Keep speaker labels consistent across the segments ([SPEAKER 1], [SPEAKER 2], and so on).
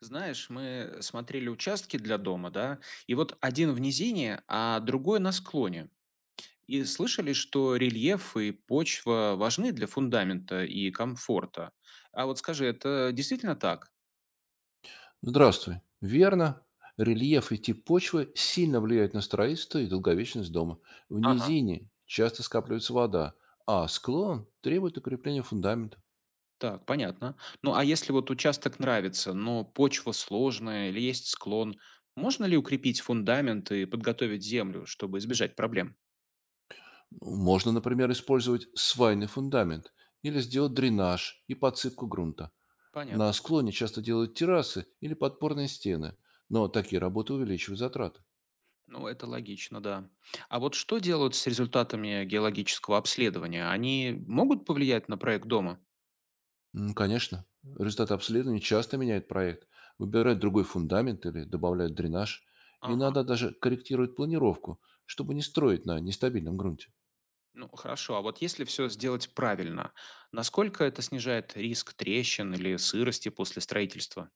[SPEAKER 1] Знаешь, мы смотрели участки для дома, да, и вот один в низине, а другой на склоне. И слышали, что рельеф и почва важны для фундамента и комфорта. А вот скажи, это действительно так?
[SPEAKER 2] Здравствуй. Верно. Рельеф и тип почвы сильно влияют на строительство и долговечность дома. В
[SPEAKER 1] Ага,
[SPEAKER 2] низине часто скапливается вода, а склон требует укрепления фундамента.
[SPEAKER 1] так, понятно. Ну а если вот участок нравится, но почва сложная или есть склон, можно ли укрепить фундамент и подготовить землю, чтобы избежать проблем?
[SPEAKER 2] Ну, можно, например, использовать свайный фундамент или сделать дренаж и подсыпку грунта. На
[SPEAKER 1] Понятно.
[SPEAKER 2] склоне часто делают террасы или подпорные стены, но такие работы увеличивают затраты.
[SPEAKER 1] Ну, это логично, да. А вот что делают с результатами геологического обследования? Они могут повлиять на проект дома?
[SPEAKER 2] Конечно. Результаты обследований часто меняют проект, выбирают другой фундамент или добавляют дренаж.
[SPEAKER 1] Ага,
[SPEAKER 2] Иногда даже корректируют планировку, чтобы не строить на нестабильном грунте.
[SPEAKER 1] ну хорошо. А вот если все сделать правильно, насколько это снижает риск трещин или сырости после строительства?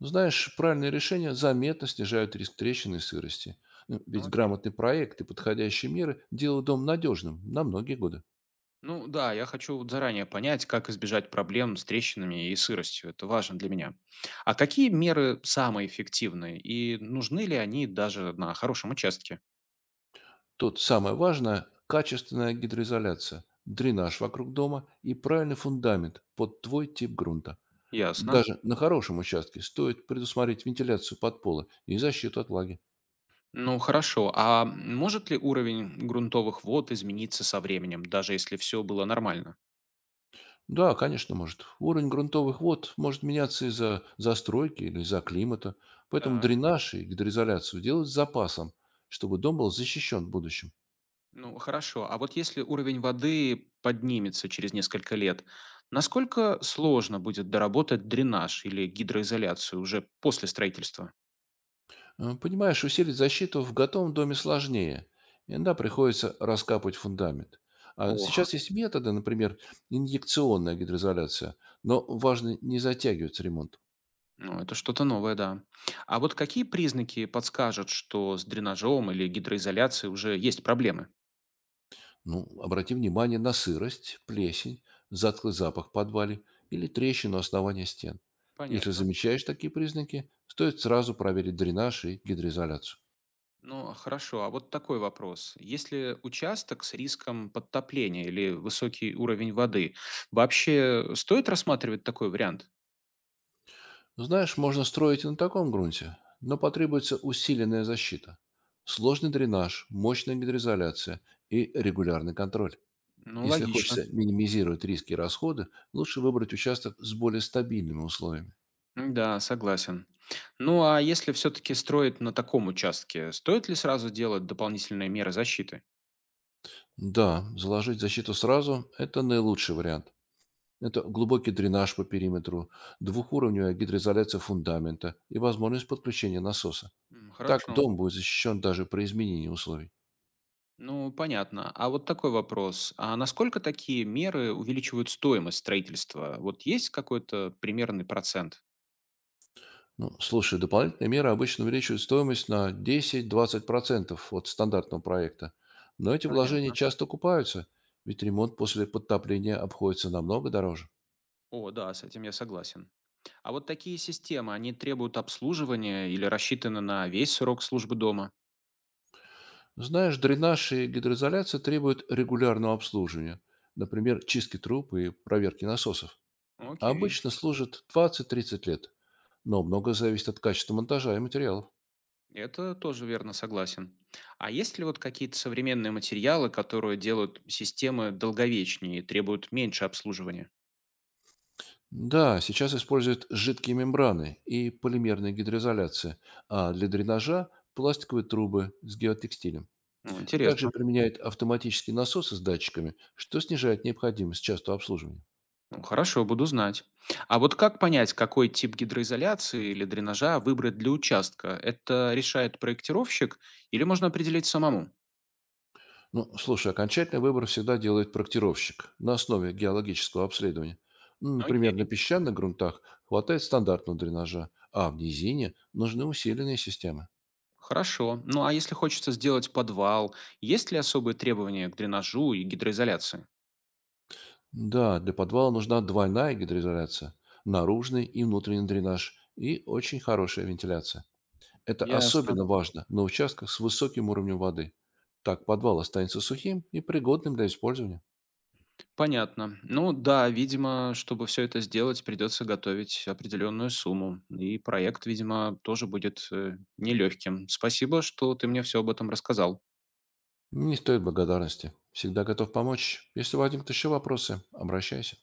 [SPEAKER 2] Но знаешь, правильные решения заметно снижают риск трещины и сырости. Ну,
[SPEAKER 1] Ну,
[SPEAKER 2] ведь
[SPEAKER 1] окей.
[SPEAKER 2] грамотный проект и подходящие меры делают дом надежным на многие годы.
[SPEAKER 1] Ну да, я хочу вот заранее понять, как избежать проблем с трещинами и сыростью. Это важно для меня. А какие меры самые эффективные и нужны ли они даже на хорошем участке?
[SPEAKER 2] Тут самое важное– качественная гидроизоляция, дренаж вокруг дома и правильный фундамент под твой тип грунта.
[SPEAKER 1] Ясно.
[SPEAKER 2] Даже на хорошем участке стоит предусмотреть вентиляцию подпола и защиту от влаги.
[SPEAKER 1] Ну хорошо, а может ли уровень грунтовых вод измениться со временем, даже если все было нормально?
[SPEAKER 2] Да, конечно, может. Уровень грунтовых вод может меняться из-за застройки или из-за климата, поэтому
[SPEAKER 1] Так.
[SPEAKER 2] дренаж и гидроизоляцию делают с запасом, чтобы дом был защищен в будущем.
[SPEAKER 1] Ну хорошо, а вот если уровень воды поднимется через несколько лет, насколько сложно будет доработать дренаж или гидроизоляцию уже после строительства?
[SPEAKER 2] Понимаешь, усилить защиту в готовом доме сложнее. Иногда приходится раскапывать фундамент. А
[SPEAKER 1] Ох,
[SPEAKER 2] сейчас есть методы, например, инъекционная гидроизоляция, но важно не затягивать ремонт.
[SPEAKER 1] ну это что-то новое, да. А вот какие признаки подскажут, что с дренажом или гидроизоляцией уже есть проблемы?
[SPEAKER 2] Ну, обрати внимание на сырость, плесень, затклый запах в подвале или трещину основания стен. Если
[SPEAKER 1] Понятно.
[SPEAKER 2] замечаешь такие признаки, стоит сразу проверить дренаж и гидроизоляцию.
[SPEAKER 1] Ну, хорошо. А вот такой вопрос. Если участок с риском подтопления или высокий уровень воды, вообще стоит рассматривать такой вариант?
[SPEAKER 2] Знаешь, можно строить и на таком грунте, но потребуется усиленная защита. Сложный дренаж, мощная гидроизоляция и регулярный контроль.
[SPEAKER 1] Ну,
[SPEAKER 2] Если
[SPEAKER 1] логично.
[SPEAKER 2] хочется минимизировать риски и расходы, лучше выбрать участок с более стабильными условиями.
[SPEAKER 1] Да, согласен. Ну, а если все-таки строить на таком участке, стоит ли сразу делать дополнительные меры защиты?
[SPEAKER 2] Да, заложить защиту сразу– это наилучший вариант. Это глубокий дренаж по периметру, двухуровневая гидроизоляция фундамента и возможность подключения насоса. Так
[SPEAKER 1] Хорошо.
[SPEAKER 2] дом будет защищен даже при изменении условий.
[SPEAKER 1] Ну, понятно. А вот такой вопрос. А насколько такие меры увеличивают стоимость строительства? Вот есть какой-то примерный процент?
[SPEAKER 2] Ну, слушай, дополнительные меры обычно увеличивают стоимость на 10-20% от стандартного проекта. Но эти вложения
[SPEAKER 1] Понятно.
[SPEAKER 2] часто окупаются, ведь ремонт после подтопления обходится намного дороже.
[SPEAKER 1] О, да, с этим я согласен. А вот такие системы, они требуют обслуживания или рассчитаны на весь срок службы дома?
[SPEAKER 2] Знаешь, дренаж и гидроизоляция требуют регулярного обслуживания, например, чистки труб и проверки насосов. А
[SPEAKER 1] Окей,
[SPEAKER 2] обычно служат 20-30 лет. Но многое зависит от качества монтажа и материалов.
[SPEAKER 1] это тоже верно, согласен. А есть ли вот какие-то современные материалы, которые делают системы долговечнее и требуют меньше обслуживания?
[SPEAKER 2] Да, сейчас используют жидкие мембраны и полимерные гидроизоляции, а для дренажа– пластиковые трубы с геотекстилем.
[SPEAKER 1] Ну,
[SPEAKER 2] Также
[SPEAKER 1] интересно.
[SPEAKER 2] применяют автоматические насосы с датчиками, что снижает необходимость частого обслуживания.
[SPEAKER 1] Ну, хорошо, буду знать. А вот как понять, какой тип гидроизоляции или дренажа выбрать для участка? Это решает проектировщик или можно определить самому?
[SPEAKER 2] Ну, слушай, окончательный выбор всегда делает проектировщик на основе геологического обследования. Ну, например, на
[SPEAKER 1] Окей.
[SPEAKER 2] песчаных грунтах хватает стандартного дренажа, а в низине нужны усиленные системы.
[SPEAKER 1] Хорошо. Ну а если хочется сделать подвал, есть ли особые требования к дренажу и гидроизоляции?
[SPEAKER 2] Да, для подвала нужна двойная гидроизоляция, наружный и внутренний дренаж и очень хорошая вентиляция. Это
[SPEAKER 1] Ясно.
[SPEAKER 2] особенно важно на участках с высоким уровнем воды. Так подвал останется сухим и пригодным для использования.
[SPEAKER 1] Понятно. Ну да, видимо, чтобы все это сделать, придется готовить определенную сумму. И проект, видимо, тоже будет нелегким. Спасибо, что ты мне все об этом рассказал.
[SPEAKER 2] Не стоит благодарности. Всегда готов помочь. Если возникнут еще вопросы, обращайся.